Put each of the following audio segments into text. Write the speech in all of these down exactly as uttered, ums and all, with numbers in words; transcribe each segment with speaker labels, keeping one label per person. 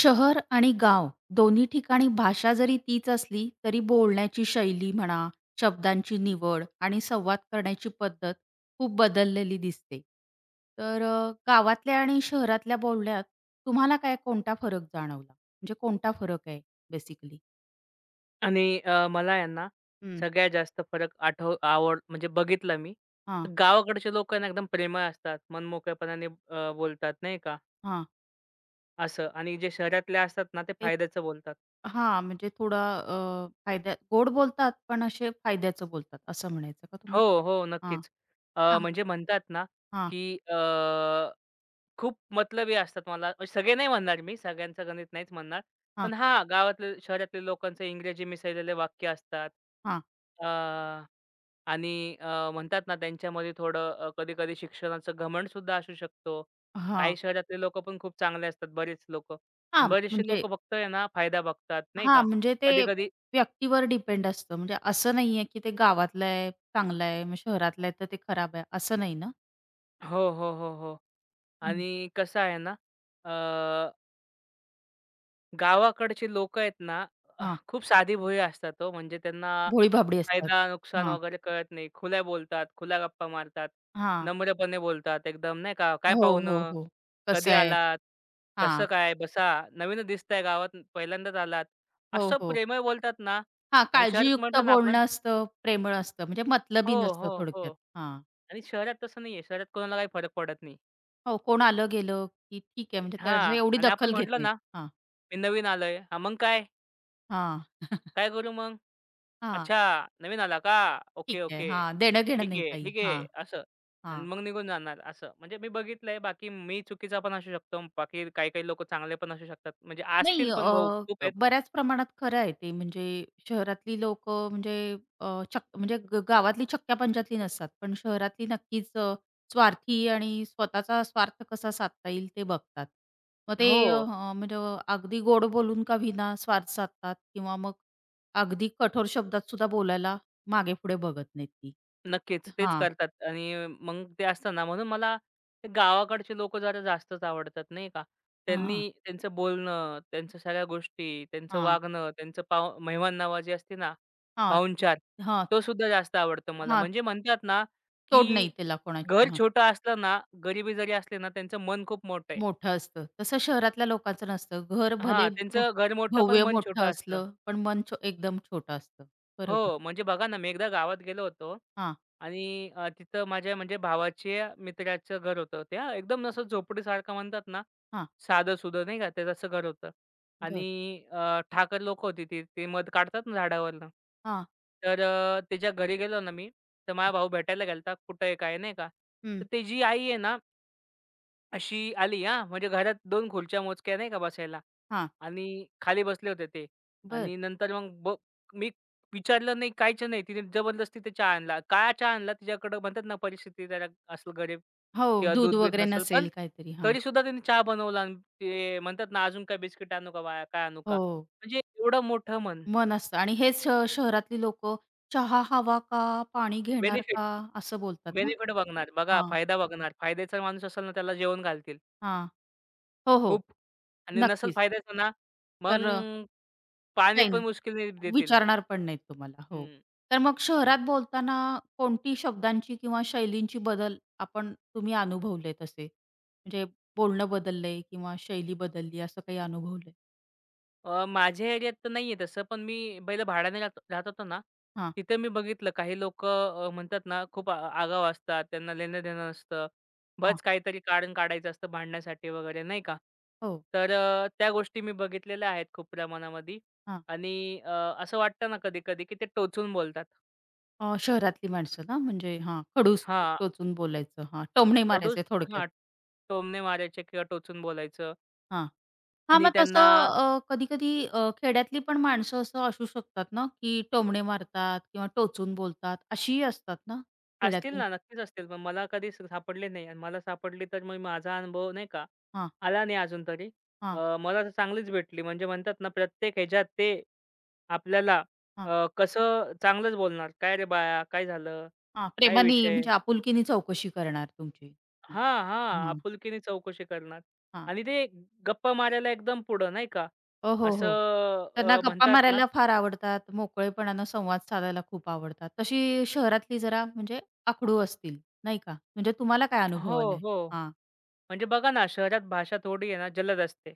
Speaker 1: शहर आणि गाव दोन्ही ठिकाणी भाषा जरी तीच असली तरी बोलण्याची शैली म्हणा, शब्दांची निवड आणि संवाद करण्याची पद्धत खूप बदललेली दिसते. तर अ, गावातल्या आणि शहरातल्या बोलण्यात तुम्हाला काय कोणता फरक जाणवला? म्हणजे कोणता फरक आहे बेसिकली?
Speaker 2: आणि अ, मला आहे ना, सगळ्यात जास्त फरक आठव आवड म्हणजे बघितला मी.
Speaker 1: हां,
Speaker 2: गावाकडचे लोक आहे ना एकदम प्रेमळ असतात, मनमोकळेपणाने अ, बोलतात नाही का,
Speaker 1: हां.
Speaker 2: असं. आणि जे शहरातले असतात ना, ते
Speaker 1: ते
Speaker 2: फायद्याचं बोलतात.
Speaker 1: हां, म्हणजे थोडा अ, फायद्या गोड बोलतात पण असे फायद्याचं बोलतात असं म्हणायचं का
Speaker 2: हो, हो,
Speaker 1: तुम्हाला? हां,
Speaker 2: नक्कीच. अ,
Speaker 1: हां,
Speaker 2: म्हणजे म्हणतात ना,
Speaker 1: हां,
Speaker 2: की अ, खूप मतलबी असतात मला अ, सगळे नाही म्हणणार मी, सगळ्यांचं गणित नाहीच म्हणणार.
Speaker 1: हां,
Speaker 2: पण हां, गावातले शहरातले लोकांचे इंग्रजी मिसळलेले वाक्य असतात.
Speaker 1: हां,
Speaker 2: अ आणि अ, म्हणतात ना त्यांच्यामध्ये थोडं अ, कधी-कधी शिक्षणाचं घमंडसुद्धा असू शकतो.
Speaker 1: हां.
Speaker 2: काही शहरातले लोक पण खूप चांगले असतात बरेच लोक,
Speaker 1: हां,
Speaker 2: बरेचसे लोक
Speaker 1: म्हणजे
Speaker 2: फक्त आहे ना फायदा बघतात नाही
Speaker 1: हा,
Speaker 2: का.
Speaker 1: म्हणजे ते
Speaker 2: कधी-कधी
Speaker 1: व्यक्तीवर डिपेंड असतं. म्हणजे असं नाहीये, की ते गावातलं आहे, चांगलं आहे, मग शहरातलं आहे, तर ते खराब आहे, असं नाही ना?
Speaker 2: हो, हो, हो, हो.
Speaker 1: हं.
Speaker 2: आणि कसं आहे ना गावाकडचे लोक आहेत ना, अह,
Speaker 1: हां,
Speaker 2: खूप साधीभोळी असतात हो. म्हणजे त्यांना
Speaker 1: भोळी-भाबडी असतात.
Speaker 2: फायदा, नुकसान
Speaker 1: हां,
Speaker 2: वगैरे कळत नाही. खुल्या बोलतात, खुल्या गप्पा मारतात,
Speaker 1: हां.
Speaker 2: नम्रपणे बोलतात एकदम नाही का. "काय
Speaker 1: हो, हो,
Speaker 2: पाहुणं?
Speaker 1: हो.
Speaker 2: कधी
Speaker 1: कसं आहे?
Speaker 2: आलात?
Speaker 1: हां.
Speaker 2: कसं काय? बसा. नवीनच दिसताय गावात, पहिल्यांदाच आलात."
Speaker 1: हो,
Speaker 2: असं
Speaker 1: हो.
Speaker 2: प्रेमळ बोलतात ना
Speaker 1: हा,
Speaker 2: आणि शहरात
Speaker 1: काळजीयुक्त
Speaker 2: म्हटलं ना आपण
Speaker 1: बोलणं असतं, प्रेमळ असतं, म्हणजे
Speaker 2: हो,
Speaker 1: मतलबी नसतं
Speaker 2: हो, हो.
Speaker 1: थोडक्यात. हां.
Speaker 2: आणि शहरात तसं नाहीये. शहरात कोणाला काही फरक पडत नाही.
Speaker 1: हो, कोण आलं गेलं, की ठीक आहे, म्हणजे त्याची
Speaker 2: हां
Speaker 1: एवढी
Speaker 2: आणि आपण
Speaker 1: दखल घेत
Speaker 2: म्हटलं
Speaker 1: नाहीत.
Speaker 2: ना,
Speaker 1: हां,
Speaker 2: "मी नवीन आलोय." "हां, मग काय?
Speaker 1: हां. हां,
Speaker 2: काय करू मग?" अच्छा, नवीन आला का?
Speaker 1: ठीक
Speaker 2: ओके,
Speaker 1: आहे.
Speaker 2: ओके.
Speaker 1: हां, देणं-घेणं
Speaker 2: ठीक
Speaker 1: नाही
Speaker 2: आहे,
Speaker 1: काही.
Speaker 2: ठीक
Speaker 1: हां,
Speaker 2: आहे, असं आणि
Speaker 1: हां.
Speaker 2: मग निघून जाणार असं. म्हणजे मी बघितलंय बाकी मी चुकीचा पण असू शकतो. बाकी काही-काही लोकं चांगले पण असू शकतात. म्हणजे
Speaker 1: नाही
Speaker 2: असतील पण भाऊ खूप
Speaker 1: अ,
Speaker 2: आहेत.
Speaker 1: बऱ्याच प्रमाणात खरं आहे ते. म्हणजे शहरातली लोकं म्हणजे अ, चक म्हणजे ग गावातली चक्क्या-पंचातली नसतात. पण शहरातली नक्कीच अ, स्वार्थी आणि स्वतःचा स्वार्थ कसा साधता येईल ते बघतात. मग ते
Speaker 2: हो.
Speaker 1: अ, म्हणजे अगदी गोड बोलून का होईना स्वार्थ साधतात किंवा मग अगदी कठोर शब्दात सुद्धा बोलायला मागे-पुढे बघत नाहीत ती.
Speaker 2: नक्कीच. तेच
Speaker 1: हां,
Speaker 2: करतात आणि मग ते असतं ना, म्हणून मला ते गावाकडचे लोकं जरा जास्तच आवडतात, नाही का.
Speaker 1: हां, हां,
Speaker 2: त्यांनी त्यांचं बोलणं, त्यांच्या सगळ्या गोष्टी, त्यांचं वागणं, त्यांचं पाव मेहमाननवाजी असते ना,
Speaker 1: हां, हां,
Speaker 2: पाहुणचार,
Speaker 1: हां,
Speaker 2: तो सुद्धा जास्त आवडतो मला. म्हणजे म्हणतात ना,
Speaker 1: तोड
Speaker 2: की
Speaker 1: नाही त्याला
Speaker 2: घर
Speaker 1: कोणाची.
Speaker 2: छोटं असलं ना, गरिबी जरी असली ना, त्यांचं मन खूप मोठं आहे.
Speaker 1: मोठं असतं. तसं शहरातल्या लोकांचं नसतं. घर
Speaker 2: हां,
Speaker 1: भले भ
Speaker 2: त्यांचं घर मोठं पण
Speaker 1: भव्य
Speaker 2: मन
Speaker 1: मोठं
Speaker 2: छोटं असतं.
Speaker 1: असलं, पण मन छो एकदम छोटं असतं. बरोबर.
Speaker 2: हो, म्हणजे बघा ना, मी एकदा गावात गेलो होतो
Speaker 1: हां,
Speaker 2: आणि अ, तिथं माझ्या म्हणजे भावाच्या मित्राचं घर होतं. त्या एकदम असं झोपडीसारखं म्हणतात ना,
Speaker 1: हां.
Speaker 2: साधं-सुधं नाही का, ते तसं घर होतं
Speaker 1: बरं.
Speaker 2: आणि अ, ठाकर लोकं होती ती. ते मध काढतात ना झाडावरनं.
Speaker 1: हां.
Speaker 2: तर अ, त्याच्या घरी गेलो ना मी, तर माझा भाऊ भेटायला गेला कुठं आहे, काय नाही का.
Speaker 1: हं.
Speaker 2: तर त्याची आई आहे ना, अशी आली हां, म्हणजे घरात दोन खुर्च्या मोजक्या नाही का बसायला.
Speaker 1: हां.
Speaker 2: आणि खाली बसले होते ते
Speaker 1: बरं.
Speaker 2: आणि नंतर मग ब मी विचारलं नाही, काहीच नाही. तिने जबरदस्ती ते चहा आणला. का चहा आणला? तिच्याकडं म्हणतात ना, परिस्थिती जरा असेल गरीब
Speaker 1: हो,
Speaker 2: किंवा
Speaker 1: दूध
Speaker 2: दूध-बीध
Speaker 1: वगैरे
Speaker 2: नसेल, पण
Speaker 1: नसेल काहीतरी. हां.
Speaker 2: तरीसुद्धा त्यांनी चहा बनवला आणि ते म्हणतात ना, "अजून काय बिस्किट आणू का बाळा? काय आणू का?"
Speaker 1: हो,
Speaker 2: म्हणजे एवढं मोठं मन
Speaker 1: मन असतं आणि हेच अ, शहरातली लोकं चहा हवा का? पाणी घेणार
Speaker 2: बेनिफिट,
Speaker 1: का? असं बोलतात ना?
Speaker 2: बेनिफिट बघणार. बघा,
Speaker 1: हां,
Speaker 2: फायदा बघणार. फायद्याचा माणूस असेल ना, त्याला जेवण घालतील
Speaker 1: हां. हो, हो.
Speaker 2: खूप आणि नसेल
Speaker 1: नक्कीच.
Speaker 2: फायद्याचं ना, मग
Speaker 1: तर अ,
Speaker 2: पाणी
Speaker 1: काही
Speaker 2: पण
Speaker 1: नाही.
Speaker 2: मुश्किलने देतील.
Speaker 1: विचारणार पण नाहीत तुम्हाला. हो.
Speaker 2: हं.
Speaker 1: तर मग शहरात बोलताना कोणती शब्दांची किंवा शैलींची बदल आपण तुम्ही अनुभवलेत असे? म्हणजे बोलणं बदललंय किंवा शैली बदलली असं काही अनुभवलंय?
Speaker 2: अ, माझ्या एरियात तर नाहीये तसं, पण मी पहिलं भाड्याने राहत राहत होतो ना,
Speaker 1: हां,
Speaker 2: तिथे मी बघितलं काही लोक अ, म्हणतात ना, खूप आ आगाऊ असतात, त्यांना लेणं-देणं नसतं.
Speaker 1: हां.
Speaker 2: बच काहीतरी कारण काढायचं असतं भांडण्यासाठी वगैरे नाही का?
Speaker 1: हो,
Speaker 2: तर अ, त्या गोष्टी मी बघितलेल्या आहेत खूप प्रमाणामध्ये
Speaker 1: हां.
Speaker 2: आणि अ, असं वाटतं ना कधी-कधी, की ते टोचून बोलतात.
Speaker 1: अ, शहरातली माणसं ना म्हणजे हां, खडूस
Speaker 2: हां,
Speaker 1: टोचून बोलायचं. हां, टोमणे
Speaker 2: खडूस
Speaker 1: मारायचे थोडक्यात.
Speaker 2: हां, टोमणे मारायचे किंवा टोचून बोलायचं
Speaker 1: हां. हां,
Speaker 2: आणि
Speaker 1: मग
Speaker 2: त्यांना
Speaker 1: तसं कधी-कधी खेड्यातली पण माणसं असं असू शकतात ना, की टोमणे मारतात किंवा टोचून बोलतात अशीही असतात ना
Speaker 2: असतील
Speaker 1: खेड्यातली?
Speaker 2: ना, नक्कीच असतील. पण मला कधी स सापडले नाही आणि मला सापडली तर मग माझा अनुभव नाही का,
Speaker 1: हां,
Speaker 2: आला नाही अजून तरी.
Speaker 1: हां,
Speaker 2: अ, मला तर चांगलीच भेटली. म्हणजे म्हणतात ना, प्रत्येक ह्याच्यात ते आपल्याला
Speaker 1: हां.
Speaker 2: अ, कसं चांगलंच बोलणार. "काय रे बाळा, काय झालं?
Speaker 1: हां,
Speaker 2: काय
Speaker 1: प्रेमाने
Speaker 2: विषय?"
Speaker 1: म्हणजे आपुलकीने चौकशी करणार तुमची. हं,
Speaker 2: हां, हां.
Speaker 1: हां,
Speaker 2: आपुलकीने चौकशी करणार
Speaker 1: हां.
Speaker 2: आणि ते गप्पा मारायला एकदम पुढं नाही का.
Speaker 1: हो, हो,
Speaker 2: असं
Speaker 1: हो. त्यांना
Speaker 2: अ,
Speaker 1: गप्पा
Speaker 2: म्हणतात ना
Speaker 1: मारायला फार आवडतात, मोकळेपणानं संवाद साधायला खूप आवडतात. तशी शहरातली जरा म्हणजे आखडू असतील, नाही का? म्हणजे तुम्हाला काय अनुभव
Speaker 2: हो,
Speaker 1: आलाय?
Speaker 2: हो.
Speaker 1: हां.
Speaker 2: म्हणजे बघा ना, शहरात भाषा थोडी आहे ना, जलद असते.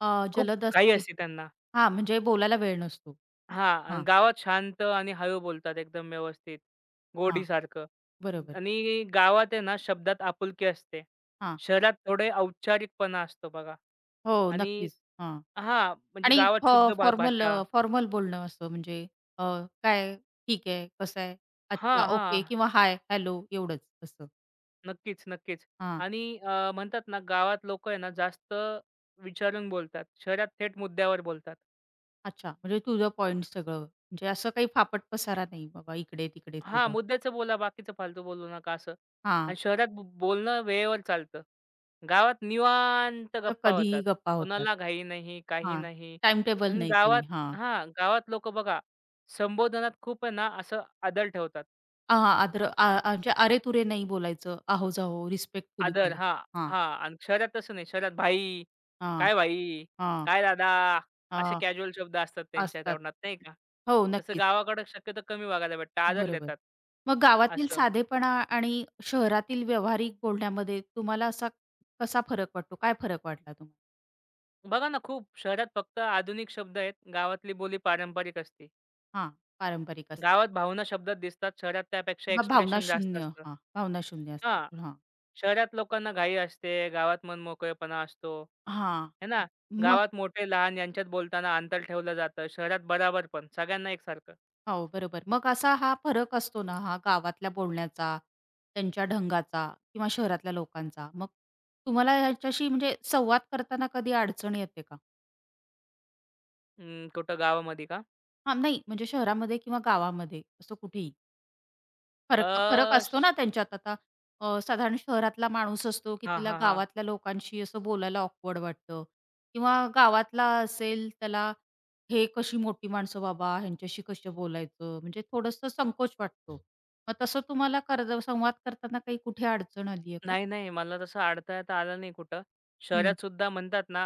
Speaker 1: अ,
Speaker 2: खूप
Speaker 1: जलद
Speaker 2: घाई
Speaker 1: असतील
Speaker 2: असते त्यांना.
Speaker 1: हां, म्हणजे बोलायला वेळ नसतो.
Speaker 2: हां. आणि
Speaker 1: हां,
Speaker 2: गावात शांत आणि हळू बोलतात एकदम व्यवस्थित,
Speaker 1: हां.
Speaker 2: गोडीसारखं.
Speaker 1: बरोबर.
Speaker 2: आणि गावात आहे ना शब्दात आपुलकी असते.
Speaker 1: हां.
Speaker 2: शहरात थोडे औपचारिकपणा असतो बघा.
Speaker 1: हो,
Speaker 2: आणि
Speaker 1: नक्कीच. हां.
Speaker 2: हां, म्हणजे
Speaker 1: आणि
Speaker 2: गावात
Speaker 1: फ
Speaker 2: शुद्ध भा
Speaker 1: फॉर्मल
Speaker 2: भाषा
Speaker 1: अ, फॉर्मल बोलणं असं म्हणजे अ, काय? ठीक आहे, कसं आहे?
Speaker 2: हां,
Speaker 1: अच्छा, ओके
Speaker 2: हां.
Speaker 1: किंवा हाय, हॅलो एवढंच असं.
Speaker 2: नक्कीच, नक्कीच.
Speaker 1: हां.
Speaker 2: आणि अ, म्हणतात ना गावात लोकं आहे ना जास्त विचारून बोलतात. शहरात थेट मुद्द्यावर बोलतात.
Speaker 1: अच्छा. म्हणजे टू पॉइंट सगळं. म्हणजे असं काही फापट पसारा नाही बाबा इकडे-तिकडे
Speaker 2: हां,
Speaker 1: थोडं.
Speaker 2: मुद्द्याचं बोला, बाकीचं फालतू बोलू नका असं.
Speaker 1: हां.
Speaker 2: आणि शहरात ब बोलणं वेळेवर चालतं. गावात निवांत
Speaker 1: तर
Speaker 2: गप्पा
Speaker 1: कधीही
Speaker 2: होतात.
Speaker 1: गप्पा होतात.
Speaker 2: कोणाला घाई नाही, काही
Speaker 1: हां.
Speaker 2: नाही.
Speaker 1: टाईम टेबल
Speaker 2: आणि
Speaker 1: नाही काही.
Speaker 2: गावात
Speaker 1: हां.
Speaker 2: हां, गावात लोकं बघा संबोधनात खूप आहे ना असं आदर ठेवतात.
Speaker 1: हां, आदर आ आ म्हणजे अरे-तुरे नाही बोलायचं. आहो-जाहो रिस्पेक्टफुली
Speaker 2: आदर
Speaker 1: बोले.
Speaker 2: हां,
Speaker 1: हां,
Speaker 2: हां. आणि शहरात तसं नाही. शहरात भाई,
Speaker 1: हां,
Speaker 2: काय भाई,
Speaker 1: हां,
Speaker 2: काय दादा असे
Speaker 1: हां.
Speaker 2: कॅज्युअल शब्द असतात त्यांच्या
Speaker 1: असतात.
Speaker 2: तोंडात नाही का?
Speaker 1: हो,
Speaker 2: तसं
Speaker 1: नक्कीच.
Speaker 2: गावाकडं शक्यतो कमी बघायला भेटतं. आदर
Speaker 1: बरोबर.
Speaker 2: देतात.
Speaker 1: मग गावातील
Speaker 2: असं.
Speaker 1: साधेपणा आणि शहरातील व्यावहारिक बोलण्यामध्ये तुम्हाला असा कसा फरक वाटतो? काय फरक वाटला तुम्हाला?
Speaker 2: बघा ना, खूप शहरात फक्त आधुनिक शब्द आहेत. गावातली बोली पारंपरिक असते.
Speaker 1: हां, पारंपरिक असते
Speaker 2: गावात भावना शब्दात दिसतात. शहरात त्यापेक्षा
Speaker 1: मग भावना
Speaker 2: एक्सप्रेशन जास्त
Speaker 1: शून्य.
Speaker 2: असतं.
Speaker 1: हां, भावना शून्य असते.
Speaker 2: हां,
Speaker 1: हां,
Speaker 2: शहरात लोकांना घाई असते. गावात मनमोकळेपणा असतो.
Speaker 1: हां.
Speaker 2: है ना?
Speaker 1: मग
Speaker 2: गावात मोठे-लहान यांच्यात बोलताना अंतर ठेवलं जातं. शहरात बराबर पण, सगळ्यांना एकसारखं.
Speaker 1: हो, बरोबर. मग असा हा फरक असतो ना, हा गावातल्या बोलण्याचा, त्यांच्या ढंगाचा किंवा शहरातल्या लोकांचा. मग तुम्हाला ह्याच्याशी म्हणजे संवाद करताना कधी अडचण येते का?
Speaker 2: अं, कुठं गावामध्ये का?
Speaker 1: हां, नाही म्हणजे शहरामध्ये किंवा गावामध्ये असं कुठेही? फरक फरक
Speaker 2: अ,
Speaker 1: असतो
Speaker 2: श
Speaker 1: ना त्यांच्यात आता. अ, साधारण शहरातला माणूस असतो, की
Speaker 2: हां,
Speaker 1: तिला
Speaker 2: हां, हां.
Speaker 1: गावातल्या लोकांशी असं बोलायला ऑकवर्ड वाटतं किंवा गावातला असेल त्याला, "हे कशी मोठी माणसं बाबा, ह्यांच्याशी कसं बोलायचं?" म्हणजे थोडंसं संकोच वाटतो. मग तसं तुम्हाला करज संवाद करताना काही कुठे अडचण आली आहे का?
Speaker 2: नाही, नाही. मला तसं अडथळ्यात आलं नाही कुठं.
Speaker 1: हं.
Speaker 2: शहरात सुद्धा म्हणतात ना,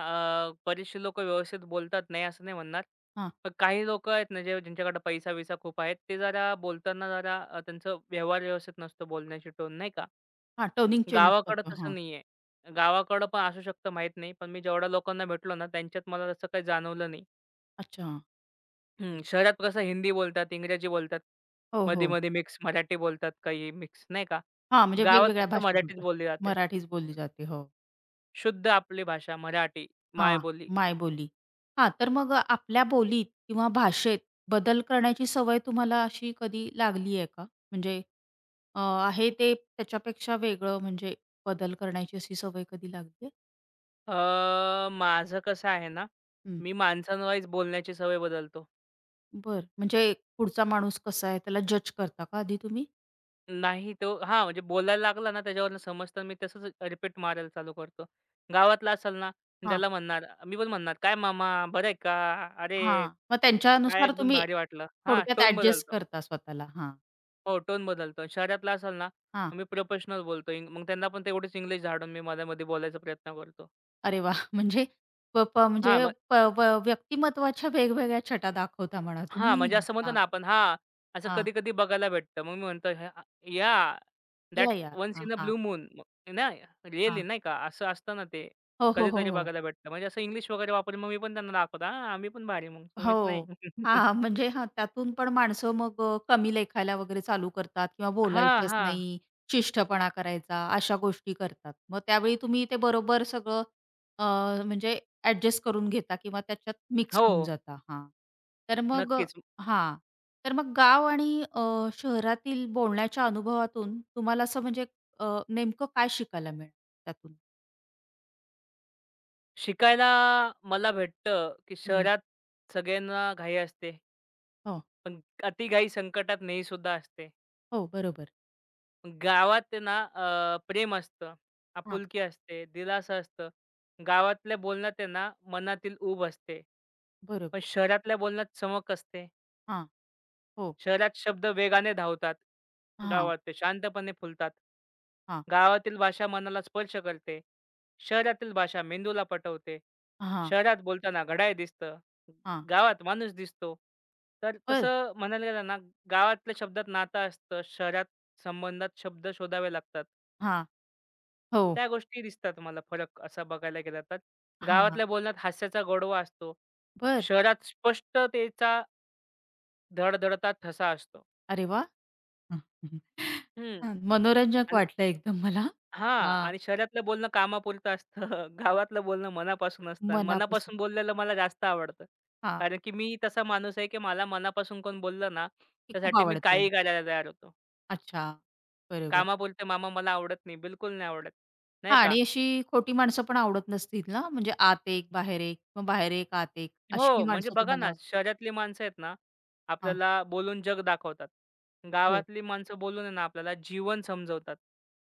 Speaker 2: अ, बरेचसे लोकं व्यवस्थित बोलतात. नाही असं नाही म्हणणार.
Speaker 1: हां.
Speaker 2: पण काही लोकं आहेत ना, जे ज्यांच्याकडे पैसा-बिसा खूप आहेत, ते जरा बोलताना जरा अ, त्यांचं व्यवहार व्यवस्थित नसतो, बोलण्याची टोन नाही का.
Speaker 1: हां, टोनिंग चेंज
Speaker 2: गावाकडं
Speaker 1: करतो.
Speaker 2: तसं
Speaker 1: हां.
Speaker 2: नाहीये. गावाकडं पण असू शकतं माहीत नाही. पण मी जेवढ्या लोकांना भेटलो ना, त्यांच्यात मला तसं काही जाणवलं नाही.
Speaker 1: अच्छा. हां,
Speaker 2: हं,
Speaker 1: ठीक.
Speaker 2: शहरात कसं हिंदी बोलतात, इंग्रजी बोलतात.
Speaker 1: हो, हो.
Speaker 2: मध्ये-मध्ये मिक्स मराठी बोलतात, काही मिक्स नाही का.
Speaker 1: हां, म्हणजे
Speaker 2: गावात
Speaker 1: वेगवेगळ्या
Speaker 2: फक्त
Speaker 1: भाषा
Speaker 2: मराठीच
Speaker 1: बोलतात.
Speaker 2: बोलली जाते.
Speaker 1: मराठीच बोलली जाते. हो.
Speaker 2: शुद्ध आपली भाषा मराठी,
Speaker 1: हां,
Speaker 2: मायबोली.
Speaker 1: मायबोली. हां, तर मग अ, आपल्या बोलीत किंवा भाषेत बदल करण्याची सवय तुम्हाला अशी कधी लागली आहे का? म्हणजे अ, आहे ते त्याच्यापेक्षा वेगळं म्हणजे बदल करण्याची अशी सवय कधी लागली आहे?
Speaker 2: अ, माझं कसं आहे ना,
Speaker 1: हं,
Speaker 2: मी माणसांवाईज बोलण्याची सवय बदलतो.
Speaker 1: म्हणजे पुढचा माणूस कसा आहे त्याला जज करता का आधी तुम्ही?
Speaker 2: नाही तो हां, म्हणजे बोलायला लागला ना, त्याच्यावरून समजतं मी तसंच रिपीट मारायला चालू करतो. गावातला असेल ना,
Speaker 1: हां,
Speaker 2: त्याला म्हणणार मी पण म्हणणार, "काय मामा बरं आहे का? अरे,
Speaker 1: हां. मग
Speaker 2: काय
Speaker 1: त्यांच्यानुसार
Speaker 2: एकदम
Speaker 1: तुम्ही
Speaker 2: भारी वाटलं." हां,
Speaker 1: थोडक्यात
Speaker 2: टोन
Speaker 1: ॲडजस्ट
Speaker 2: बदलतो.
Speaker 1: करता स्वतःला. हां,
Speaker 2: हो, टोन बदलतो. शहरातला असेल ना,
Speaker 1: हां.
Speaker 2: मी प्रोफेशनल बोलतो. इंग मग त्यांना पण तेवढीच इंग्लिश झाडून मी मध्ये-मध्ये बोलायचा प्रयत्न करतो.
Speaker 1: अरे वाह! म्हणजे प प
Speaker 2: हां,
Speaker 1: म्हणजे
Speaker 2: मग
Speaker 1: प व व्यक्तिमत्त्वाच्या वेगवेगळ्या छटा दाखवता म्हणा
Speaker 2: हां,
Speaker 1: तुम्ही.
Speaker 2: म्हणजे असं म्हणतो
Speaker 1: हां,
Speaker 2: ना आपण हां, असं
Speaker 1: हां.
Speaker 2: कधी-कधी बघायला भेटतं. मग मी म्हणतो "ह्या याह,
Speaker 1: या,
Speaker 2: दॅट्स
Speaker 1: या.
Speaker 2: वन्स
Speaker 1: हा,
Speaker 2: इन अ
Speaker 1: हा,
Speaker 2: ब्लू मून." ना रिअली
Speaker 1: हा,
Speaker 2: नाही का, असं असतं ना ते
Speaker 1: हो, हो, हो,
Speaker 2: कधीतरी
Speaker 1: हो.
Speaker 2: बघायला भेटतं. म्हणजे असं इंग्लिश वगैरे वापरून मग मी पण त्यांना दाखवतो, "हां, आम्ही पण भारी मग तुम्हीच नाही."
Speaker 1: हो. हां, म्हणजे हां, त्यातून पण माणसं मग अ, कमी लेखायला वगैरे चालू करतात किंवा
Speaker 2: हां,
Speaker 1: बोलायचंच
Speaker 2: हां.
Speaker 1: नाही, शिष्टपणा करायचा, अशा गोष्टी करतात. मग त्यावेळी तुम्ही ते बरोबर सगळं अ, म्हणजे ॲडजस्ट करून घेता किंवा त्याच्यात मिक्स
Speaker 2: हो,
Speaker 1: होऊन जाता. हा, तर मग अ,
Speaker 2: नक्कीच.
Speaker 1: हां. तर मग गाव आणि अ, शहरातील बोलण्याच्या अनुभवातून तुम्हाला असं म्हणजे अ, नेमकं काय शिकायला मिळालं त्यातून?
Speaker 2: शिकायला मला भेटतं, की
Speaker 1: हं.
Speaker 2: शहरात सगळ्यांना घाई असते.
Speaker 1: हो.
Speaker 2: पण अतिघाई संकटात नेही सुद्धा असते.
Speaker 1: हो, बरोबर.
Speaker 2: गावात ना अ, प्रेम असतं,
Speaker 1: हां,
Speaker 2: आपुलकी असते, दिलासा असतं. गावातल्या बोलण्यात आहे ना मनातील ऊब असते.
Speaker 1: बरोबर.
Speaker 2: पण शहरातल्या बोलण्यात चमक असते.
Speaker 1: हां, हो.
Speaker 2: शहरात शब्द वेगाने धावतात.
Speaker 1: हां,
Speaker 2: गावात ते शांतपणे फुलतात.
Speaker 1: हां,
Speaker 2: गावातील भाषा मनाला स्पर्श करते. शहरातील भाषा मेंदूला पटवते.
Speaker 1: हां,
Speaker 2: शहरात बोलताना घड्याळ दिसतं.
Speaker 1: हां.
Speaker 2: गावात माणूस दिसतो. तर
Speaker 1: बरं.
Speaker 2: तसं म्हणायला गेलं ना, गावातल्या शब्दात नातं असतं. शहरात संबंधात शब्द शोधावे लागतात.
Speaker 1: हां. हो.
Speaker 2: त्या गोष्टी दिसतात मला फरक असा बघायला गेला तर.
Speaker 1: हां.
Speaker 2: गावातल्या बोलण्यात हास्याचा गोडवा असतो.
Speaker 1: बरं.
Speaker 2: शहरात स्पष्टतेचा धडधडता ठसा असतो.
Speaker 1: अरे वाह! हं, हं.
Speaker 2: हं.
Speaker 1: हां. मनोरंजक
Speaker 2: आणि
Speaker 1: वाटलं एकदम मला.
Speaker 2: हां.
Speaker 1: हां.
Speaker 2: आणि शहरातलं बोलणं कामापुरतं असतं. गावातलं बोलणं मनापासून असतं आणि
Speaker 1: मनापासून.
Speaker 2: मनापासून बोललेलं मला जास्त आवडतं.
Speaker 1: हां.
Speaker 2: कारण की मी तसा माणूस आहे की मला मनापासून कोण बोललं ना,
Speaker 1: ती खूप
Speaker 2: त्यासाठी मी
Speaker 1: आवडते.
Speaker 2: काहीही करायला तयार होतो.
Speaker 1: अच्छा. बरोबर.
Speaker 2: कामापुरते मामा मला आवडत नाही. बिलकुल नाही आवडत. नाही
Speaker 1: हां
Speaker 2: का?
Speaker 1: आणि अशी खोटी माणसं पण आवडत नसतील ना? म्हणजे आत एक, बाहेर एक, मग बाहेर एक, आत एक अशी
Speaker 2: हो, म्हणजे
Speaker 1: माणसं
Speaker 2: बघा ना,
Speaker 1: तुम्हाला
Speaker 2: शहरातली माणसं आहेत ना,
Speaker 1: हां.
Speaker 2: आपल्याला बोलून जग दाखवतात.
Speaker 1: हो.
Speaker 2: गावातली माणसं बोलून आहे ना, आपल्याला जीवन समजवतात.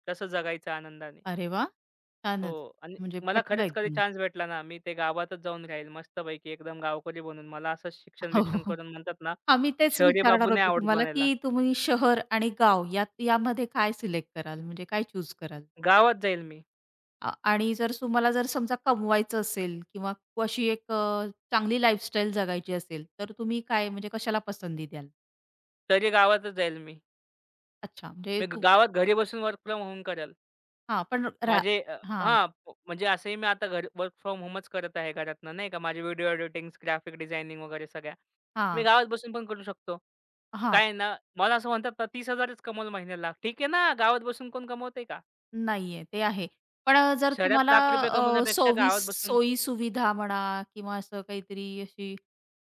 Speaker 2: कसं जगायचं आनंदाने.
Speaker 1: अरे वाह!
Speaker 2: हो
Speaker 1: छानच.
Speaker 2: आणि
Speaker 1: म्हणजे
Speaker 2: मला
Speaker 1: पटलं
Speaker 2: खरंच कधी
Speaker 1: एकदम.
Speaker 2: चान्स भेटला ना, मी ते गावातच जाऊन राहील मस्तपैकी एकदम गावकरी बनून. मला असं शिक्षण-विक्षण
Speaker 1: हो.
Speaker 2: करून म्हणतात ना,
Speaker 1: आम्ही तेच
Speaker 2: शहरी बाबू
Speaker 1: विचारणार
Speaker 2: नाही
Speaker 1: होतो
Speaker 2: आवडत
Speaker 1: तुम्हाला,
Speaker 2: बनायला.
Speaker 1: की तुम्ही शहर आणि गाव यात यामध्ये काय सिलेक्ट कराल? म्हणजे काय चूज कराल?
Speaker 2: गावात जाईल मी.
Speaker 1: आ आणि जर तुम्हाला जर समजा कमवायचं असेल किंवा अशी एक अ, चांगली लाईफस्टाईल जगायची असेल, तर तुम्ही काय म्हणजे कशाला पसंती द्याल?
Speaker 2: तरी गावातच जाईल मी.
Speaker 1: अच्छा, म्हणजे
Speaker 2: मी ग-
Speaker 1: तू
Speaker 2: गावात घरी बसून वर्क फ्रॉम होम करेल.
Speaker 1: हां, पण रा
Speaker 2: माझे अ,
Speaker 1: हां,
Speaker 2: हां, म्हणजे असंही मी आता घर वर्क फ्रॉम होमच करत आहे घरातनं नाही का. माझे व्हिडिओ एडिटिंग्स, ग्राफिक डिझायनिंग वगैरे सगळ्या. मी
Speaker 1: हां,
Speaker 2: गावात बसून पण करू शकतो.
Speaker 1: हां.
Speaker 2: काय आहे ना, मला असं म्हणतात ना, 30,000च कमवलं महिन्याला. ठीक आहे ना, गावात बसून कोण कमवतंय का?
Speaker 1: नाहीये, ते आहे. पण अ, जर
Speaker 2: शहरात
Speaker 1: तुम्हाला
Speaker 2: लाख रुपये
Speaker 1: अ,
Speaker 2: कमवण्यापेक्षा
Speaker 1: सोवीस
Speaker 2: गावात बसून
Speaker 1: सोयी सोयी-सुविधा म्हणा किंवा असं काहीतरी अशी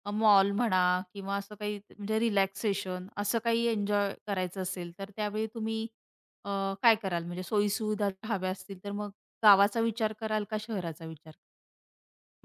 Speaker 1: अ, मॉल म्हणा किंवा असं काही म्हणजे रिलॅक्सेशन असं काही एन्जॉय करायचं असेल, तर त्यावेळी तुम्ही अ, काय कराल? म्हणजे सोयी-सुविधा हव्या असतील, तर मग गावाचा विचार कराल का शहराचा विचार?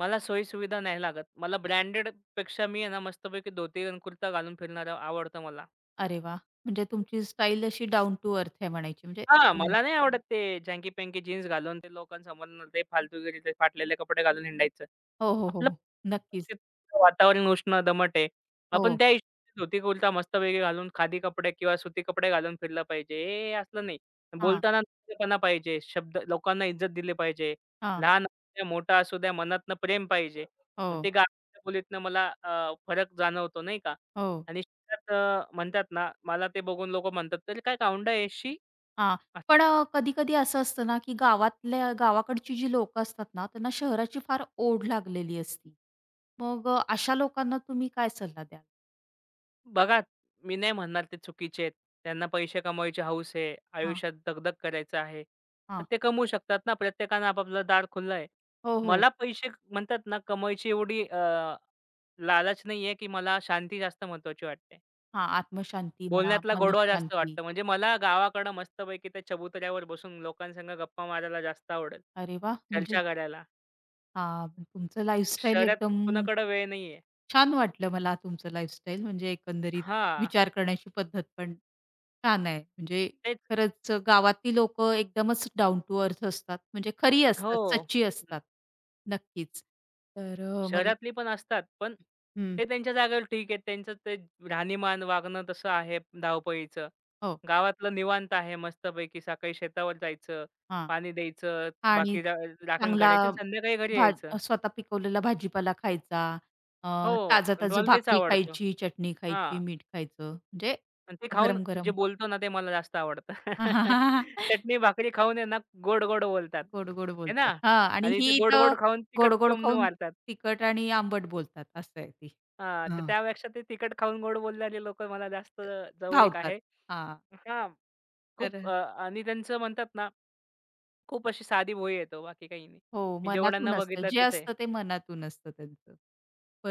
Speaker 2: मला सोयी-सुविधा नाही लागत. मला ब्रँडेडपेक्षा मी आहे ना, मस्तपैकी धोती आणि कुर्ता घालून फिरणारं आवडतं मला.
Speaker 1: अरे वाह! म्हणजे तुमची स्टाईल अशी डाउन टू अर्थ आहे म्हणायची म्हणजे
Speaker 2: हां,
Speaker 1: हं.
Speaker 2: मला नाही आवडत ते जँकी-पँकी जीन्स घालून ते लोकांसमोर न ते फालतूगिरीचे फाटलेले कपडे घालून हिंडायचं.
Speaker 1: हो, हो, हो,
Speaker 2: आपलं
Speaker 1: हो. नक्कीच.
Speaker 2: ते वातावरण उष्ण, दमट आहे. आपण
Speaker 1: हो.
Speaker 2: त्या हिशोबाने धोती कुर्ता मस्तपैकी घालून खादी कपडे किंवा सुती कपडे घालून फिरलं पाहिजे. हे असलं नाही.
Speaker 1: हां,
Speaker 2: बोलताना नम्रपणा पाहिजे. शब्द लोकांना इज्जत दिली पाहिजे.
Speaker 1: हां.
Speaker 2: लहान असू द्या, मोठा असू द्या, मनातनं प्रेम पाहिजे.
Speaker 1: हो,
Speaker 2: आणि ते गावातल्या बोलीतनं मला अ, फरक जाणवतो नाही का?
Speaker 1: हो.
Speaker 2: आणि शहरात अ, म्हणतात ना, मला ते बघून लोकं म्हणतात, "तरी काय गावंढळ आहेस शी?"
Speaker 1: हां. पण अ, कधी-कधी असं असतं ना, की गावातल्या गावाकडची जी लोकं असतात ना, त्यांना शहराची फार ओढ लागलेली असती. मग अ, अशा लोकांना तुम्ही काय सल्ला द्याल?
Speaker 2: बघा, मी नाही म्हणणार ते चुकीचे आहेत. त्यांना पैसे कमवायची हौस आहे,
Speaker 1: हां,
Speaker 2: आयुष्यात दगदग करायचं आहे, तर
Speaker 1: हां.
Speaker 2: ते कमवू शकतात ना. प्रत्येकानं आपापलं दार खुलं आहे.
Speaker 1: हो, हो.
Speaker 2: मला पैसे क- म्हणतात ना, कमवायची एवढी अ, लालच नाही आहे, की मला शांती जास्त महत्त्वाची वाटते.
Speaker 1: हां, आत्मशांती म्हणा,
Speaker 2: बोलण्यातला गोडवा जास्त
Speaker 1: मनःशांती.
Speaker 2: वाटतो. म्हणजे मला गावाकडं मस्तपैकी त्या चबुतऱ्यावर बसून लोकांसंग गप्पा मारायला जास्त आवडेल,
Speaker 1: अरे वाह! म्हणजे
Speaker 2: चर्चा करायला.
Speaker 1: हां, तुमचं लाईफस्टाईल
Speaker 2: शहरात
Speaker 1: एकदम
Speaker 2: कुणाकडं वेळ नाही आहे.
Speaker 1: छान वाटलं मला तुमचं लाईफस्टाईल म्हणजे एकंदरीत विचार करण्याची पद्धत पण छान आहे. म्हणजे
Speaker 2: तेच.
Speaker 1: खरंच गावातली लोकं एकदमच डाउन टू अर्थ असतात. म्हणजे खरी
Speaker 2: हो.
Speaker 1: असतात, सच्ची असतात. नक्कीच. तर अ, मला
Speaker 2: शहरातली पण असतात, पण
Speaker 1: हं.
Speaker 2: ते त्यांच्या जागेवर ठीक आहे. त्यांचं ते राहणीमान, वागणं तसं आहे धावपळीचं.
Speaker 1: हो.
Speaker 2: गावातलं निवांत आहे मस्तपैकी. सकाळी शेतावर जायचं,
Speaker 1: हां.
Speaker 2: पाणी द्यायचं,
Speaker 1: आणि
Speaker 2: बाकी रा राखण
Speaker 1: चांगला
Speaker 2: करायची आणि संध्याकाळी घरी
Speaker 1: भा
Speaker 2: यायचं.
Speaker 1: स्वतः पिकवलेला भाजीपाला खायचा. अ,
Speaker 2: हो, अन
Speaker 1: ताजं-ताजं
Speaker 2: मला तेच
Speaker 1: भाकरी
Speaker 2: आवडतं.
Speaker 1: खायची, चटणी खायची,
Speaker 2: हां.
Speaker 1: मीठ खायचं. म्हणजे
Speaker 2: आणि ते खाऊन जे
Speaker 1: गरम-गरम.
Speaker 2: बोलतो ना, ते मला जास्त आवडतं.
Speaker 1: गोड-गोड
Speaker 2: चटणी भाकरी खाऊन आहे ना, गोड-गोड बोलतात. आहे ना?
Speaker 1: बोलतात. हां. आणि
Speaker 2: आणि ते
Speaker 1: ही तर
Speaker 2: गोड-गोड खाऊन तिखट
Speaker 1: गोड-गोड
Speaker 2: टोमणं
Speaker 1: खाऊन
Speaker 2: मारतात.
Speaker 1: तिखट आणि आंबट बोलतात. असं आहे ती.
Speaker 2: हां, तर
Speaker 1: हां.
Speaker 2: त्यापेक्षा ते तिखट खाऊन गोड बोलणारे लोकं मला जास्त जवळीक
Speaker 1: धावतात.
Speaker 2: आहे.
Speaker 1: हां.
Speaker 2: हां. खूप
Speaker 1: तर
Speaker 2: अ, आणि त्यांचं म्हणतात ना, खूप अशी साधी भोळी आहे तो, बाकी काही नाही.
Speaker 1: हो,
Speaker 2: मी जेवढ्यांना
Speaker 1: मनातून असतं.
Speaker 2: बघितलं
Speaker 1: जे
Speaker 2: तेच आहे.
Speaker 1: असतं ते मनातून असतं त्यांचं.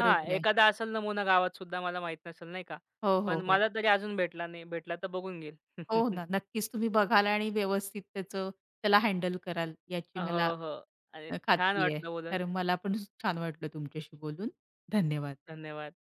Speaker 2: हां,
Speaker 1: आहे.
Speaker 2: एखादा असेल नमुना गावात सुद्धा मला माहीत नसेल नाही का?
Speaker 1: हो,
Speaker 2: पण
Speaker 1: हो, हो.
Speaker 2: मला तरी अजून भेटला नाही. भेटला तर बघून घेईल.
Speaker 1: हो ना, नक्कीच तुम्ही बघाल आणि व्यवस्थित त्याचं त्याला हँडल कराल याची मला
Speaker 2: हो, हो. आणि
Speaker 1: अ,
Speaker 2: छान
Speaker 1: खात्री आहे.
Speaker 2: वाटलं बोलून.
Speaker 1: तर मला पण छान वाटलं तुमच्याशी बोलून. धन्यवाद.
Speaker 2: धन्यवाद.